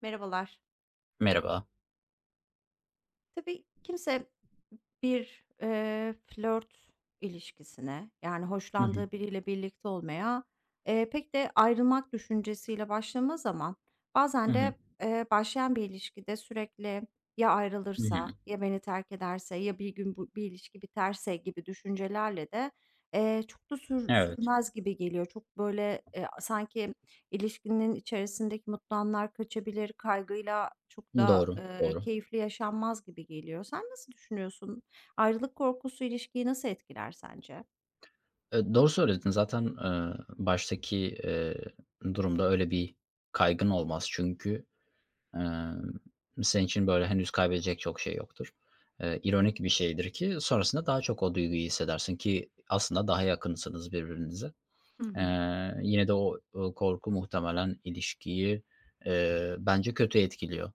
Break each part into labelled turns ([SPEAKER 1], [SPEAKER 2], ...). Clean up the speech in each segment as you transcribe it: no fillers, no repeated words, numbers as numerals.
[SPEAKER 1] Merhabalar.
[SPEAKER 2] Merhaba.
[SPEAKER 1] Tabii kimse bir, flört ilişkisine, yani
[SPEAKER 2] Hı hı.
[SPEAKER 1] hoşlandığı biriyle birlikte olmaya, pek de ayrılmak düşüncesiyle başlamaz ama
[SPEAKER 2] Hı
[SPEAKER 1] bazen
[SPEAKER 2] hı.
[SPEAKER 1] de, başlayan bir ilişkide sürekli ya
[SPEAKER 2] Hı
[SPEAKER 1] ayrılırsa,
[SPEAKER 2] hı.
[SPEAKER 1] ya beni terk ederse, ya bir gün bu bir ilişki biterse gibi düşüncelerle de, çok da
[SPEAKER 2] Evet.
[SPEAKER 1] sürmez gibi geliyor. Çok böyle, sanki İlişkinin içerisindeki mutlu anlar kaçabilir, kaygıyla çok da,
[SPEAKER 2] Doğru, doğru.
[SPEAKER 1] keyifli yaşanmaz gibi geliyor. Sen nasıl düşünüyorsun? Ayrılık korkusu ilişkiyi nasıl etkiler sence?
[SPEAKER 2] Doğru söyledin. Zaten, baştaki, eee, durumda öyle bir kaygın olmaz çünkü, emm, senin için böyle henüz kaybedecek çok şey yoktur. İronik bir şeydir ki sonrasında daha çok o duyguyu hissedersin ki aslında daha yakınsınız birbirinize.
[SPEAKER 1] Hı hı.
[SPEAKER 2] Yine de o korku muhtemelen ilişkiyi, bence kötü etkiliyor.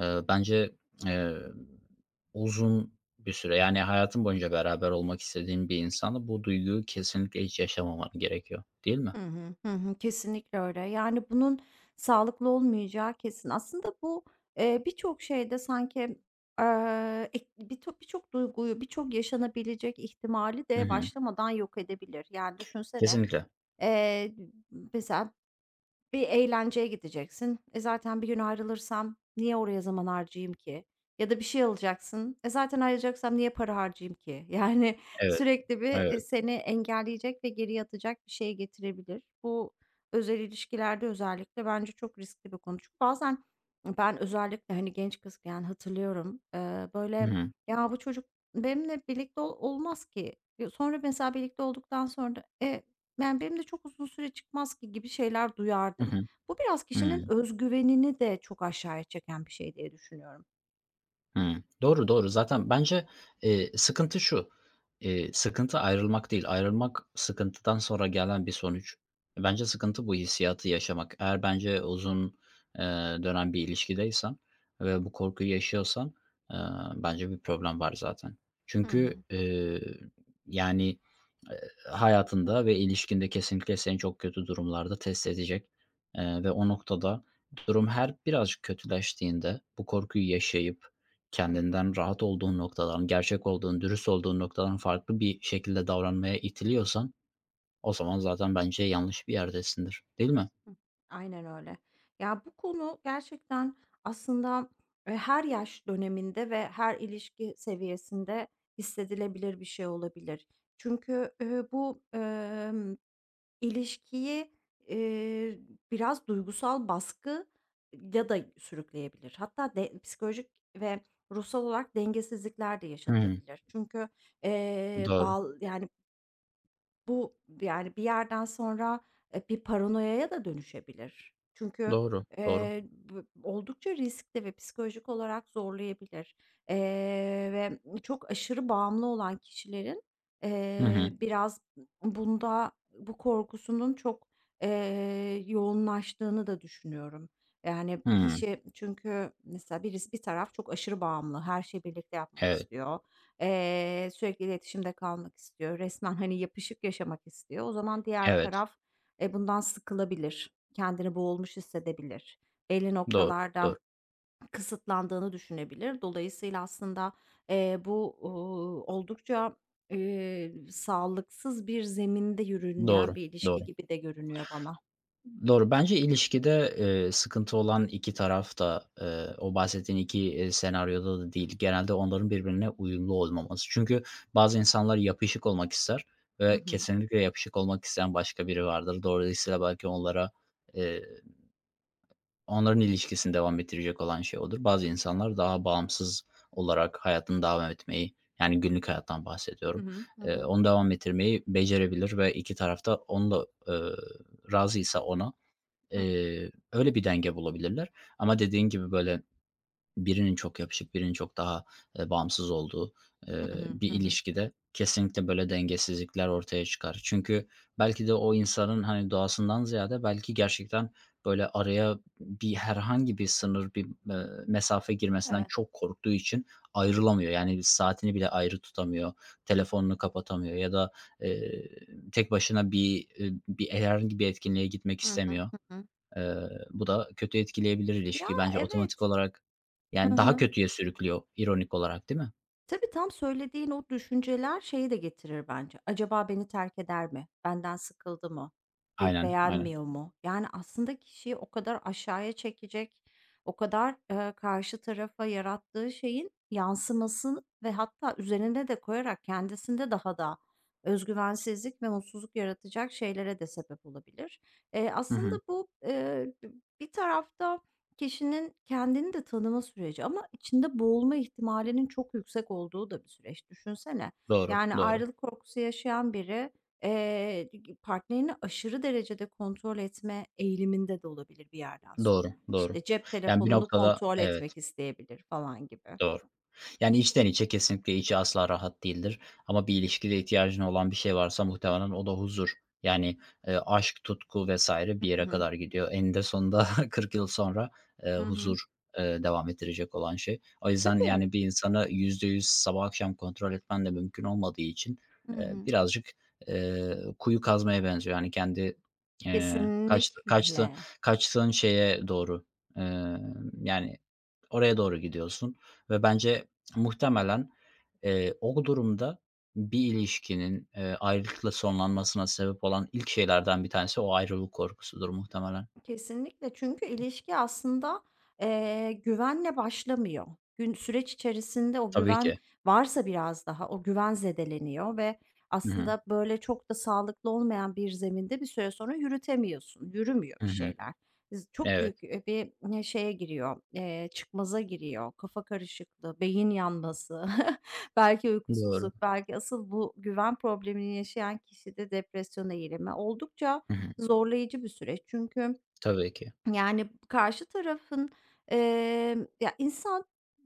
[SPEAKER 2] Bence, eee, uzun bir süre, yani, hayatın boyunca beraber olmak istediğin bir insanla bu duyguyu kesinlikle hiç yaşamaman gerekiyor, değil mi?
[SPEAKER 1] Hı hı. Hı hı. Kesinlikle öyle. Yani, bunun sağlıklı olmayacağı kesin. Aslında bu, birçok şeyde sanki, ek birto birçok duyguyu, birçok yaşanabilecek ihtimali
[SPEAKER 2] Hı
[SPEAKER 1] de
[SPEAKER 2] hı.
[SPEAKER 1] başlamadan yok edebilir. Yani, düşünsene,
[SPEAKER 2] Kesinlikle.
[SPEAKER 1] eee, mesela bir eğlenceye gideceksin. E, zaten bir gün ayrılırsam niye oraya zaman harcayayım ki? Ya da bir şey alacaksın. E, zaten ayrılacaksam niye para harcayayım ki? Yani
[SPEAKER 2] Evet,
[SPEAKER 1] sürekli bir,
[SPEAKER 2] evet.
[SPEAKER 1] seni engelleyecek ve geriye atacak bir şey getirebilir. Bu özel ilişkilerde özellikle bence çok riskli bir konu. Çünkü bazen ben özellikle, hani, genç kız yani hatırlıyorum,
[SPEAKER 2] Hı
[SPEAKER 1] böyle,
[SPEAKER 2] hı.
[SPEAKER 1] "Ya, bu çocuk benimle birlikte olmaz ki." Sonra mesela birlikte olduktan sonra da, "E yani, benim de çok uzun süre çıkmaz ki gibi şeyler
[SPEAKER 2] Hı
[SPEAKER 1] duyardım.
[SPEAKER 2] hı.
[SPEAKER 1] Bu biraz
[SPEAKER 2] Hıı.
[SPEAKER 1] kişinin öz güvenini de çok aşağıya çeken bir şey diye düşünüyorum.
[SPEAKER 2] Hımm. Doğru, doğru. Zaten bence, sıkıntı şu, sıkıntı ayrılmak değil. Ayrılmak sıkıntıdan sonra gelen bir sonuç. Bence sıkıntı bu hissiyatı yaşamak. Eğer bence uzun, eee, dönem bir ilişkideysen ve bu korkuyu yaşıyorsan, eee, bence bir problem var zaten.
[SPEAKER 1] Hı hı.
[SPEAKER 2] Çünkü, yani, eee, hayatında ve ilişkinde kesinlikle seni çok kötü durumlarda test edecek, ve o noktada durum her birazcık kötüleştiğinde bu korkuyu yaşayıp,
[SPEAKER 1] Hı hı.
[SPEAKER 2] kendinden rahat olduğun noktadan, gerçek olduğun, dürüst olduğun noktadan farklı bir şekilde davranmaya itiliyorsan o zaman zaten bence yanlış bir yerdesindir, değil mi?
[SPEAKER 1] Hıh. Aynen öyle. Ya, bu konu gerçekten aslında, her yaş döneminde ve her ilişki seviyesinde hissedilebilir bir şey olabilir. Çünkü, bu, ilişkiyi, eee, biraz duygusal baskı ya da sürükleyebilir. Hatta de psikolojik ve ruhsal olarak dengesizlikler de
[SPEAKER 2] Hı hı.
[SPEAKER 1] yaşatabilir. Çünkü,
[SPEAKER 2] Doğru,
[SPEAKER 1] bağl yani, bu, yani, bir yerden sonra, bir paranoyaya da dönüşebilir. Çünkü,
[SPEAKER 2] doğru, doğru.
[SPEAKER 1] bı oldukça riskli ve psikolojik olarak zorlayabilir. Ve çok aşırı bağımlı olan kişilerin,
[SPEAKER 2] Hı hı.
[SPEAKER 1] biraz bunda bu korkusunun çok, yoğunlaştığını da düşünüyorum. Yani,
[SPEAKER 2] Hımm.
[SPEAKER 1] kişi çünkü mesela birisi bir taraf çok aşırı bağımlı, her şeyi birlikte yapmak
[SPEAKER 2] Evet,
[SPEAKER 1] istiyor. Sürekli iletişimde kalmak istiyor. Resmen, hani, yapışık yaşamak istiyor. O zaman diğer
[SPEAKER 2] evet.
[SPEAKER 1] taraf, bundan sıkılabilir, kendini boğulmuş hissedebilir, belli
[SPEAKER 2] Doğru, doğru,
[SPEAKER 1] noktalarda kısıtlandığını düşünebilir. Dolayısıyla aslında, bu, oldukça, sağlıksız bir zeminde yürüyen
[SPEAKER 2] doğru,
[SPEAKER 1] bir ilişki
[SPEAKER 2] doğru.
[SPEAKER 1] gibi de görünüyor bana.
[SPEAKER 2] Doğru. Bence ilişkide, sıkıntı olan 2 taraf da, o bahsettiğin 2 senaryoda da değil. Genelde onların birbirine uyumlu olmaması. Çünkü bazı insanlar yapışık olmak ister
[SPEAKER 1] Hı
[SPEAKER 2] ve
[SPEAKER 1] hı.
[SPEAKER 2] kesinlikle yapışık olmak isteyen başka biri vardır. Dolayısıyla belki onlara, eee, onların ilişkisini devam ettirecek olan şey odur. Bazı insanlar daha bağımsız olarak hayatını devam etmeyi, yani günlük hayattan
[SPEAKER 1] Hı
[SPEAKER 2] bahsediyorum,
[SPEAKER 1] hı. Hı hı.
[SPEAKER 2] onu devam ettirmeyi becerebilir ve 2 taraf da onu da, eee, razıysa ona öyle bir denge bulabilirler ama dediğin gibi, böyle, birinin çok yapışık, birinin çok daha, bağımsız olduğu,
[SPEAKER 1] Hı hı.
[SPEAKER 2] bir
[SPEAKER 1] Hı hı.
[SPEAKER 2] ilişkide kesinlikle böyle dengesizlikler ortaya çıkar. Çünkü belki de o insanın, hani, doğasından ziyade belki gerçekten, böyle, araya bir herhangi bir sınır, bir, mesafe girmesinden
[SPEAKER 1] Evet.
[SPEAKER 2] çok korktuğu için
[SPEAKER 1] Hı hı.
[SPEAKER 2] ayrılamıyor. Yani, saatini bile ayrı tutamıyor, telefonunu kapatamıyor ya da, eee, tek başına bir herhangi bir etkinliğe gitmek
[SPEAKER 1] Hı hı.
[SPEAKER 2] istemiyor.
[SPEAKER 1] Hı hı.
[SPEAKER 2] Bu da kötü etkileyebilir
[SPEAKER 1] Ya,
[SPEAKER 2] ilişkiyi. Bence otomatik
[SPEAKER 1] evet.
[SPEAKER 2] olarak,
[SPEAKER 1] Hı
[SPEAKER 2] yani, daha
[SPEAKER 1] hı.
[SPEAKER 2] kötüye sürüklüyor ironik olarak, değil mi?
[SPEAKER 1] Tabii, tam söylediğin o düşünceler şeyi de getirir bence. Acaba beni terk eder mi? Benden sıkıldı mı? Beni
[SPEAKER 2] Aynen, aynen.
[SPEAKER 1] beğenmiyor mu? Yani aslında kişiyi o kadar aşağıya çekecek, o kadar, karşı tarafa yarattığı şeyin yansıması ve hatta üzerine de koyarak kendisinde daha da özgüvensizlik ve mutsuzluk yaratacak şeylere de sebep olabilir.
[SPEAKER 2] Hı
[SPEAKER 1] Aslında
[SPEAKER 2] hı.
[SPEAKER 1] bu, bir tarafta kişinin kendini de tanıma süreci ama içinde boğulma ihtimalinin çok yüksek olduğu da bir süreç. Düşünsene,
[SPEAKER 2] Doğru,
[SPEAKER 1] yani
[SPEAKER 2] doğru.
[SPEAKER 1] ayrılık korkusu yaşayan biri, eee, partnerini aşırı derecede kontrol etme eğiliminde de olabilir bir yerden
[SPEAKER 2] Doğru,
[SPEAKER 1] sonra.
[SPEAKER 2] doğru.
[SPEAKER 1] İşte, cep
[SPEAKER 2] Yani, bir
[SPEAKER 1] telefonunu
[SPEAKER 2] noktada.
[SPEAKER 1] kontrol
[SPEAKER 2] Evet.
[SPEAKER 1] etmek isteyebilir falan gibi.
[SPEAKER 2] Doğru. Yani, içten içe kesinlikle içi asla rahat değildir ama bir ilişkide ihtiyacın olan bir şey varsa muhtemelen o da huzur. Yani, aşk, tutku vesaire bir
[SPEAKER 1] Hı
[SPEAKER 2] yere
[SPEAKER 1] hı.
[SPEAKER 2] kadar gidiyor. Eninde sonunda 40 yıl sonra,
[SPEAKER 1] Hı hı.
[SPEAKER 2] huzur, devam ettirecek olan şey. O yüzden,
[SPEAKER 1] Tabii.
[SPEAKER 2] yani, bir insanı %100 sabah akşam kontrol etmen de mümkün olmadığı için,
[SPEAKER 1] Hı hı.
[SPEAKER 2] birazcık, kuyu kazmaya benziyor. Yani, kendi, eee, kaçtı kaçtı
[SPEAKER 1] Kesinlikle.
[SPEAKER 2] kaçtığın şeye doğru, yani, oraya doğru gidiyorsun ve bence muhtemelen, o durumda bir ilişkinin, ayrılıkla sonlanmasına sebep olan ilk şeylerden bir tanesi o ayrılık korkusudur muhtemelen.
[SPEAKER 1] Kesinlikle çünkü ilişki aslında, güvenle başlamıyor. Süreç içerisinde o
[SPEAKER 2] Tabii
[SPEAKER 1] güven
[SPEAKER 2] ki.
[SPEAKER 1] varsa biraz daha o güven zedeleniyor ve
[SPEAKER 2] Hı hı.
[SPEAKER 1] aslında böyle çok da sağlıklı olmayan bir zeminde bir süre sonra yürütemiyorsun, yürümüyor
[SPEAKER 2] Hı
[SPEAKER 1] bir
[SPEAKER 2] hı.
[SPEAKER 1] şeyler. Çok
[SPEAKER 2] Evet.
[SPEAKER 1] büyük, bir ne şeye giriyor, çıkmaza giriyor, kafa karışıklığı, beyin yanması, belki
[SPEAKER 2] Doğru.
[SPEAKER 1] uykusuzluk, belki asıl bu güven problemini yaşayan kişide depresyona eğilimi. Oldukça
[SPEAKER 2] Hı hı.
[SPEAKER 1] zorlayıcı bir süreç çünkü
[SPEAKER 2] Tabii ki.
[SPEAKER 1] yani, karşı tarafın, ya, insan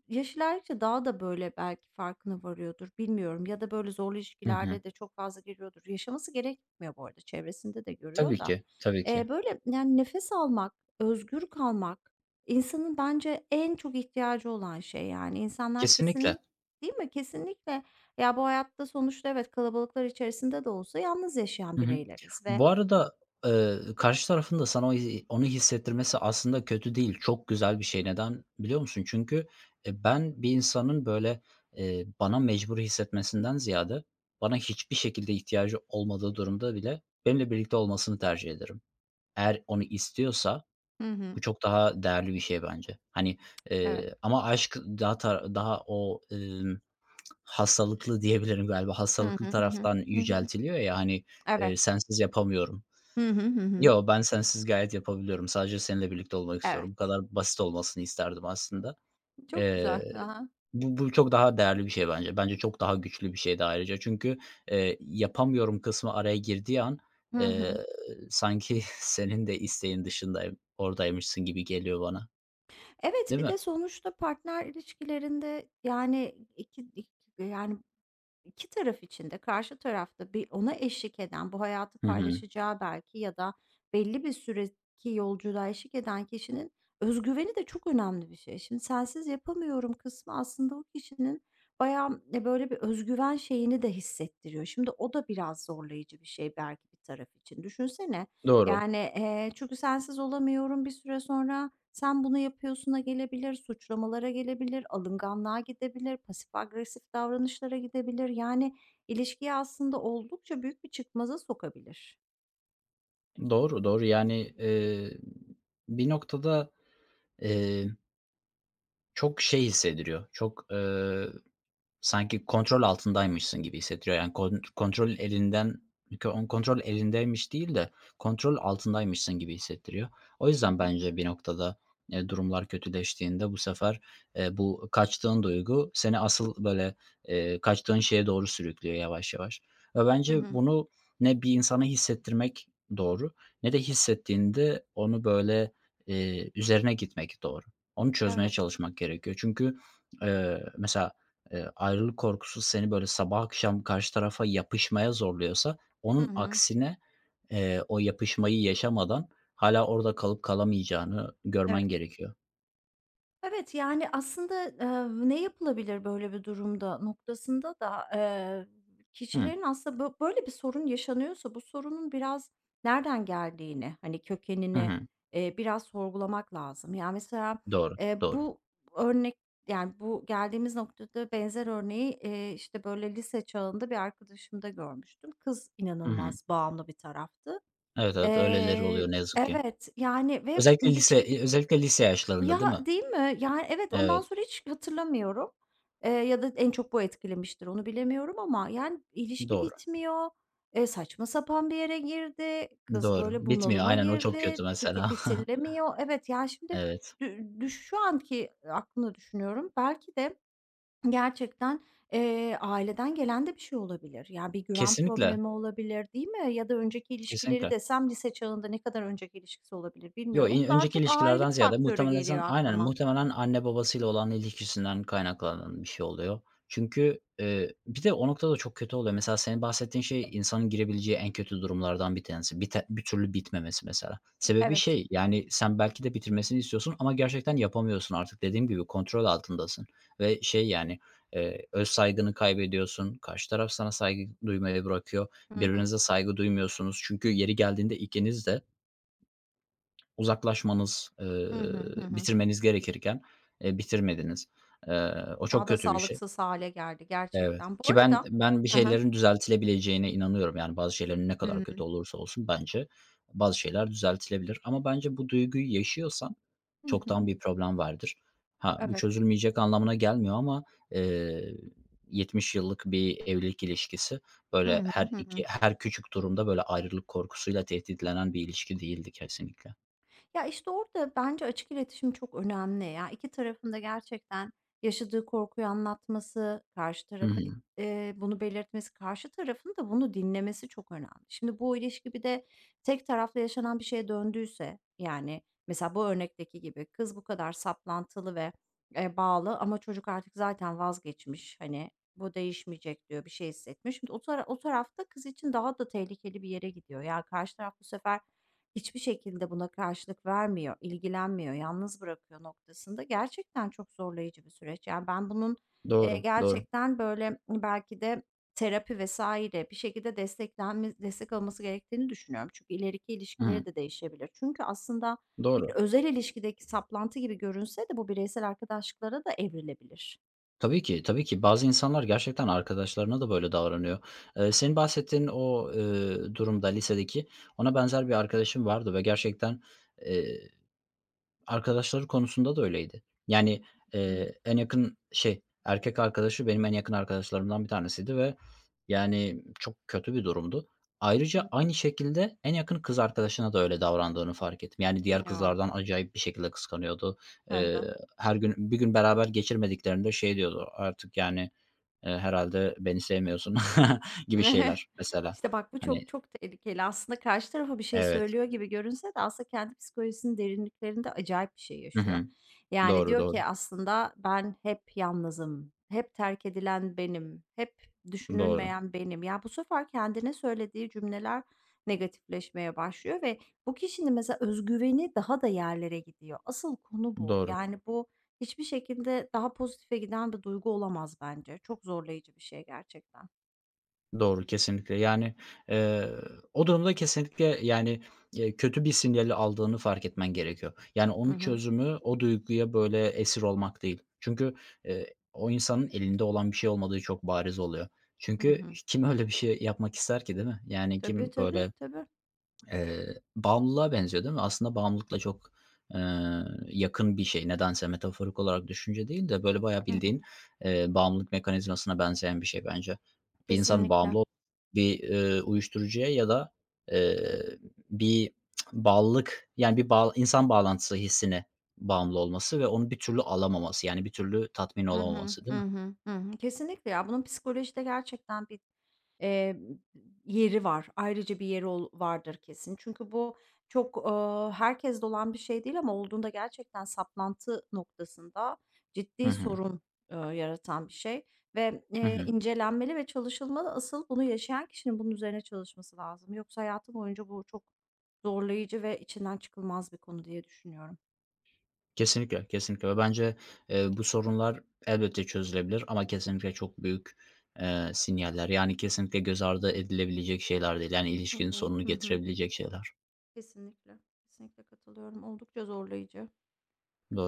[SPEAKER 1] yaş ilerledikçe daha da, böyle, belki farkına varıyordur, bilmiyorum ya da, böyle, zorlu
[SPEAKER 2] Hı hı.
[SPEAKER 1] ilişkilerde de çok fazla giriyordur. Yaşaması gerekmiyor bu arada, çevresinde de görüyor
[SPEAKER 2] Tabii
[SPEAKER 1] da.
[SPEAKER 2] ki, tabii ki.
[SPEAKER 1] Böyle, yani, nefes almak, özgür kalmak insanın bence en çok ihtiyacı olan şey, yani. İnsanlar
[SPEAKER 2] Kesinlikle.
[SPEAKER 1] değil mi? Kesinlikle, ya, bu hayatta sonuçta evet, kalabalıklar içerisinde de olsa yalnız yaşayan
[SPEAKER 2] Hı hı.
[SPEAKER 1] bireyleriz ve
[SPEAKER 2] Bu arada, karşı tarafın da sana o hi onu hissettirmesi aslında kötü değil. Çok güzel bir şey. Neden biliyor musun? Çünkü, ben bir insanın böyle, bana mecbur hissetmesinden ziyade bana hiçbir şekilde ihtiyacı olmadığı durumda bile benimle birlikte olmasını tercih ederim. Eğer onu istiyorsa
[SPEAKER 1] Hı hı.
[SPEAKER 2] bu çok daha değerli bir şey bence. Hani,
[SPEAKER 1] Evet.
[SPEAKER 2] ama aşk daha o, hastalıklı diyebilirim galiba.
[SPEAKER 1] Hı
[SPEAKER 2] Hastalıklı
[SPEAKER 1] hı, hı hı.
[SPEAKER 2] taraftan
[SPEAKER 1] Hı hı.
[SPEAKER 2] yüceltiliyor ya, hani,
[SPEAKER 1] Evet.
[SPEAKER 2] sensiz yapamıyorum.
[SPEAKER 1] Hı hı, hı hı.
[SPEAKER 2] Yo, ben sensiz gayet yapabiliyorum. Sadece seninle birlikte olmak
[SPEAKER 1] Evet.
[SPEAKER 2] istiyorum. Bu kadar basit olmasını isterdim aslında.
[SPEAKER 1] Çok
[SPEAKER 2] Eee,
[SPEAKER 1] güzel. Hı hı.
[SPEAKER 2] bu çok daha değerli bir şey bence. Bence çok daha güçlü bir şey de ayrıca. Çünkü, yapamıyorum kısmı araya girdiği an, eee,
[SPEAKER 1] Hı
[SPEAKER 2] sanki senin de isteğin dışındayım, oradaymışsın gibi geliyor bana,
[SPEAKER 1] Evet,
[SPEAKER 2] değil
[SPEAKER 1] bir de
[SPEAKER 2] mi?
[SPEAKER 1] sonuçta partner ilişkilerinde, yani, iki ik yani 2 taraf için de karşı tarafta bir ona eşlik eden, bu hayatı
[SPEAKER 2] Hı hı.
[SPEAKER 1] paylaşacağı belki ya da belli bir süreki yolculuğa eşlik eden kişinin özgüveni de çok önemli bir şey. Şimdi "Sensiz yapamıyorum." kısmı aslında o kişinin bayağı, böyle bir özgüven şeyini de hissettiriyor. Şimdi o da biraz zorlayıcı bir şey belki bir taraf için. Düşünsene
[SPEAKER 2] Doğru.
[SPEAKER 1] yani, çünkü sensiz olamıyorum bir süre sonra sen bunu yapıyorsuna gelebilir, suçlamalara gelebilir, alınganlığa gidebilir, pasif agresif davranışlara gidebilir. Yani ilişkiyi aslında oldukça büyük bir çıkmaza sokabilir.
[SPEAKER 2] Doğru, doğru. Yani, bir noktada. Eee, çok şey hissettiriyor, çok, sanki kontrol altındaymışsın gibi hissettiriyor. Yani kontrol elinden kontrol elindeymiş değil de kontrol altındaymışsın gibi hissettiriyor. O
[SPEAKER 1] Hı
[SPEAKER 2] yüzden
[SPEAKER 1] hı.
[SPEAKER 2] bence bir noktada, durumlar kötüleştiğinde bu sefer, bu kaçtığın duygu seni asıl böyle, kaçtığın şeye doğru sürüklüyor yavaş yavaş ve
[SPEAKER 1] Hı
[SPEAKER 2] bence
[SPEAKER 1] hı.
[SPEAKER 2] bunu ne bir insana hissettirmek doğru ne de hissettiğinde onu böyle, üzerine gitmek doğru. Onu çözmeye
[SPEAKER 1] Evet.
[SPEAKER 2] çalışmak gerekiyor. Çünkü, mesela ayrılık korkusu seni böyle sabah akşam karşı tarafa yapışmaya zorluyorsa
[SPEAKER 1] Hı
[SPEAKER 2] onun
[SPEAKER 1] hı.
[SPEAKER 2] aksine, o yapışmayı yaşamadan hala orada kalıp kalamayacağını görmen
[SPEAKER 1] Evet.
[SPEAKER 2] gerekiyor.
[SPEAKER 1] Evet, yani, aslında, ne yapılabilir böyle bir durumda noktasında da,
[SPEAKER 2] Hı.
[SPEAKER 1] kişilerin aslında böyle bir sorun yaşanıyorsa bu sorunun biraz nereden geldiğini, hani,
[SPEAKER 2] Hı
[SPEAKER 1] kökenini,
[SPEAKER 2] hı.
[SPEAKER 1] biraz sorgulamak lazım. Yani mesela,
[SPEAKER 2] Doğru, doğru.
[SPEAKER 1] bu örnek, yani, bu geldiğimiz noktada benzer örneği, işte, böyle, lise çağında bir arkadaşımda görmüştüm. Kız
[SPEAKER 2] Hı hı.
[SPEAKER 1] inanılmaz bağımlı bir taraftı.
[SPEAKER 2] Evet, evet, öyleleri
[SPEAKER 1] Eee
[SPEAKER 2] oluyor ne yazık ki.
[SPEAKER 1] Evet, yani, ve
[SPEAKER 2] Özellikle
[SPEAKER 1] ilişki
[SPEAKER 2] özellikle lise yaşlarında
[SPEAKER 1] ya,
[SPEAKER 2] değil mi?
[SPEAKER 1] değil mi? Yani, evet, ondan
[SPEAKER 2] Evet,
[SPEAKER 1] sonra hiç hatırlamıyorum, ya da en çok bu etkilemiştir, onu bilemiyorum ama, yani, ilişki
[SPEAKER 2] doğru,
[SPEAKER 1] bitmiyor, saçma sapan bir yere girdi, kız
[SPEAKER 2] doğru.
[SPEAKER 1] böyle
[SPEAKER 2] Bitmiyor.
[SPEAKER 1] bunalıma
[SPEAKER 2] Aynen o çok
[SPEAKER 1] girdi,
[SPEAKER 2] kötü mesela.
[SPEAKER 1] bitirilemiyor. Evet, yani, şimdi
[SPEAKER 2] Evet.
[SPEAKER 1] dü düş şu anki aklını düşünüyorum, belki de gerçekten, aileden gelen de bir şey olabilir. Yani bir güven
[SPEAKER 2] Kesinlikle,
[SPEAKER 1] problemi olabilir, değil mi? Ya da önceki ilişkileri
[SPEAKER 2] kesinlikle.
[SPEAKER 1] desem lise çağında ne kadar önceki ilişkisi olabilir
[SPEAKER 2] Yo,
[SPEAKER 1] bilmiyorum ama daha
[SPEAKER 2] önceki
[SPEAKER 1] çok aile
[SPEAKER 2] ilişkilerden ziyade
[SPEAKER 1] faktörü
[SPEAKER 2] muhtemelen sen
[SPEAKER 1] geliyor
[SPEAKER 2] Aynen,
[SPEAKER 1] aklıma.
[SPEAKER 2] muhtemelen anne babasıyla olan ilişkisinden kaynaklanan bir şey oluyor. Çünkü, bir de o noktada çok kötü oluyor. Mesela senin bahsettiğin şey insanın girebileceği en kötü durumlardan bir tanesi. Bir türlü bitmemesi mesela. Sebebi
[SPEAKER 1] Evet.
[SPEAKER 2] şey, yani, sen belki de bitirmesini istiyorsun ama gerçekten yapamıyorsun artık. Dediğim gibi kontrol altındasın ve şey, yani, öz saygını kaybediyorsun. Karşı taraf sana saygı duymayı bırakıyor.
[SPEAKER 1] Hı hı.
[SPEAKER 2] Birbirinize saygı duymuyorsunuz. Çünkü yeri geldiğinde ikiniz de uzaklaşmanız,
[SPEAKER 1] Hı hı, hı hı.
[SPEAKER 2] bitirmeniz gerekirken, bitirmediniz. O çok
[SPEAKER 1] Daha da
[SPEAKER 2] kötü bir şey.
[SPEAKER 1] sağlıksız hâle geldi
[SPEAKER 2] Evet.
[SPEAKER 1] gerçekten. Bu
[SPEAKER 2] Ki ben
[SPEAKER 1] arada
[SPEAKER 2] ben bir
[SPEAKER 1] aha.
[SPEAKER 2] şeylerin düzeltilebileceğine inanıyorum. Yani, bazı şeylerin ne
[SPEAKER 1] Hı
[SPEAKER 2] kadar kötü
[SPEAKER 1] hı.
[SPEAKER 2] olursa olsun bence bazı şeyler düzeltilebilir ama bence bu duyguyu yaşıyorsan
[SPEAKER 1] Hı
[SPEAKER 2] çoktan
[SPEAKER 1] hı.
[SPEAKER 2] bir problem vardır. Ha, bu
[SPEAKER 1] Evet.
[SPEAKER 2] çözülmeyecek anlamına gelmiyor ama, eee, 70 yıllık bir evlilik ilişkisi,
[SPEAKER 1] Hı,
[SPEAKER 2] böyle,
[SPEAKER 1] hı hı.
[SPEAKER 2] her küçük durumda, böyle, ayrılık korkusuyla tehditlenen bir ilişki değildi kesinlikle.
[SPEAKER 1] Ya, işte, orada bence açık iletişim çok önemli. Ya, 2 tarafın da gerçekten yaşadığı korkuyu anlatması, karşı
[SPEAKER 2] Hı
[SPEAKER 1] tarafa,
[SPEAKER 2] hı.
[SPEAKER 1] bunu belirtmesi, karşı tarafın da bunu dinlemesi çok önemli. Şimdi bu ilişki bir de tek taraflı yaşanan bir şeye döndüyse, yani, mesela bu örnekteki gibi kız bu kadar saplantılı ve, bağlı ama çocuk artık zaten vazgeçmiş, hani, bu değişmeyecek diyor, bir şey hissetmiş. Şimdi o taraf kız için daha da tehlikeli bir yere gidiyor. Ya, karşı taraf bu sefer hiçbir şekilde buna karşılık vermiyor, ilgilenmiyor, yalnız bırakıyor noktasında gerçekten çok zorlayıcı bir süreç. Yani ben bunun,
[SPEAKER 2] Doğru, doğru.
[SPEAKER 1] gerçekten böyle belki de terapi vs. bir şekilde destek alması gerektiğini düşünüyorum. Çünkü ileriki
[SPEAKER 2] Hı.
[SPEAKER 1] ilişkileri de değişebilir. Çünkü aslında
[SPEAKER 2] Doğru.
[SPEAKER 1] bir özel ilişkideki saplantı gibi görünse de bu bireysel arkadaşlıklara da evrilebilir.
[SPEAKER 2] Tabii ki, tabii ki. Bazı insanlar gerçekten arkadaşlarına da böyle davranıyor. Senin bahsettiğin o, durumda lisedeki, ona benzer bir arkadaşım vardı ve gerçekten, eee arkadaşları konusunda da öyleydi. Yani,
[SPEAKER 1] Hı
[SPEAKER 2] en yakın şey, erkek arkadaşı benim en yakın arkadaşlarımdan bir tanesiydi ve, yani, çok kötü bir durumdu. Ayrıca
[SPEAKER 1] hı.
[SPEAKER 2] aynı şekilde en yakın kız arkadaşına da öyle davrandığını fark ettim. Yani, diğer
[SPEAKER 1] Ya.
[SPEAKER 2] kızlardan acayip bir şekilde kıskanıyordu.
[SPEAKER 1] Hı hı.
[SPEAKER 2] Her gün bir gün beraber geçirmediklerinde şey diyordu artık, yani, "Herhâlde beni sevmiyorsun." gibi şeyler mesela.
[SPEAKER 1] İşte, bak bu
[SPEAKER 2] Hani.
[SPEAKER 1] çok çok tehlikeli. Aslında karşı tarafa bir şey
[SPEAKER 2] Evet.
[SPEAKER 1] söylüyor gibi görünse de aslında kendi psikolojisinin derinliklerinde acayip bir şey
[SPEAKER 2] Hı
[SPEAKER 1] yaşıyor.
[SPEAKER 2] hı.
[SPEAKER 1] Yani
[SPEAKER 2] Doğru,
[SPEAKER 1] diyor
[SPEAKER 2] doğru.
[SPEAKER 1] ki aslında ben hep yalnızım, hep terk edilen benim, hep
[SPEAKER 2] Doğru.
[SPEAKER 1] düşünülmeyen benim. Ya, bu sefer kendine söylediği cümleler negatifleşmeye başlıyor ve bu kişinin mesela özgüveni daha da yerlere gidiyor. Asıl konu bu.
[SPEAKER 2] Doğru.
[SPEAKER 1] Yani bu hiçbir şekilde daha pozitife giden bir duygu olamaz bence. Çok zorlayıcı bir şey gerçekten.
[SPEAKER 2] Doğru, kesinlikle. Yani, eee, o durumda kesinlikle, yani, kötü bir sinyali aldığını fark etmen gerekiyor. Yani,
[SPEAKER 1] Hı
[SPEAKER 2] onun
[SPEAKER 1] hı.
[SPEAKER 2] çözümü o duyguya böyle esir olmak değil. Çünkü, o insanın elinde olan bir şey olmadığı çok bariz oluyor.
[SPEAKER 1] Hı
[SPEAKER 2] Çünkü
[SPEAKER 1] hı.
[SPEAKER 2] kim öyle bir şey yapmak ister ki, değil mi? Yani,
[SPEAKER 1] Tabii,
[SPEAKER 2] kim
[SPEAKER 1] tabii,
[SPEAKER 2] böyle,
[SPEAKER 1] tabii.
[SPEAKER 2] Bağımlılığa benziyor, değil mi? Aslında bağımlılıkla çok, yakın bir şey. Nedense metaforik olarak düşünce değil de böyle bayağı
[SPEAKER 1] Hı
[SPEAKER 2] bildiğin,
[SPEAKER 1] hı.
[SPEAKER 2] bağımlılık mekanizmasına benzeyen bir şey bence. Bir insan bağımlı
[SPEAKER 1] Kesinlikle.
[SPEAKER 2] ol bir, uyuşturucuya ya da, eee, bir bağlılık, yani bir insan bağlantısı hissine bağımlı olması ve onu bir türlü alamaması, yani bir türlü tatmin
[SPEAKER 1] Hı hı.
[SPEAKER 2] olamaması, değil
[SPEAKER 1] Hı
[SPEAKER 2] mi?
[SPEAKER 1] hı. Hı hı. Kesinlikle ya, bunun psikolojide gerçekten bir, eee, yeri var. Ayrıca bir yeri ol vardır kesin. Çünkü bu çok, herkeste olan bir şey değil ama olduğunda gerçekten saplantı noktasında
[SPEAKER 2] Hı
[SPEAKER 1] ciddi
[SPEAKER 2] hı.
[SPEAKER 1] sorun, yaratan bir şey ve,
[SPEAKER 2] Hı hı.
[SPEAKER 1] incelenmeli ve çalışılmalı. Asıl bunu yaşayan kişinin bunun üzerine çalışması lazım. Yoksa hayatı boyunca bu çok zorlayıcı ve içinden çıkılmaz bir konu diye düşünüyorum.
[SPEAKER 2] Kesinlikle, kesinlikle ve bence, bu sorunlar elbette çözülebilir ama kesinlikle çok büyük, sinyaller. Yani kesinlikle göz ardı edilebilecek şeyler değil. Yani ilişkinin
[SPEAKER 1] Değil.
[SPEAKER 2] sonunu
[SPEAKER 1] Hı hı.
[SPEAKER 2] getirebilecek şeyler.
[SPEAKER 1] Kesinlikle. Kesinlikle katılıyorum. Oldukça zorlayıcı.
[SPEAKER 2] Doğru.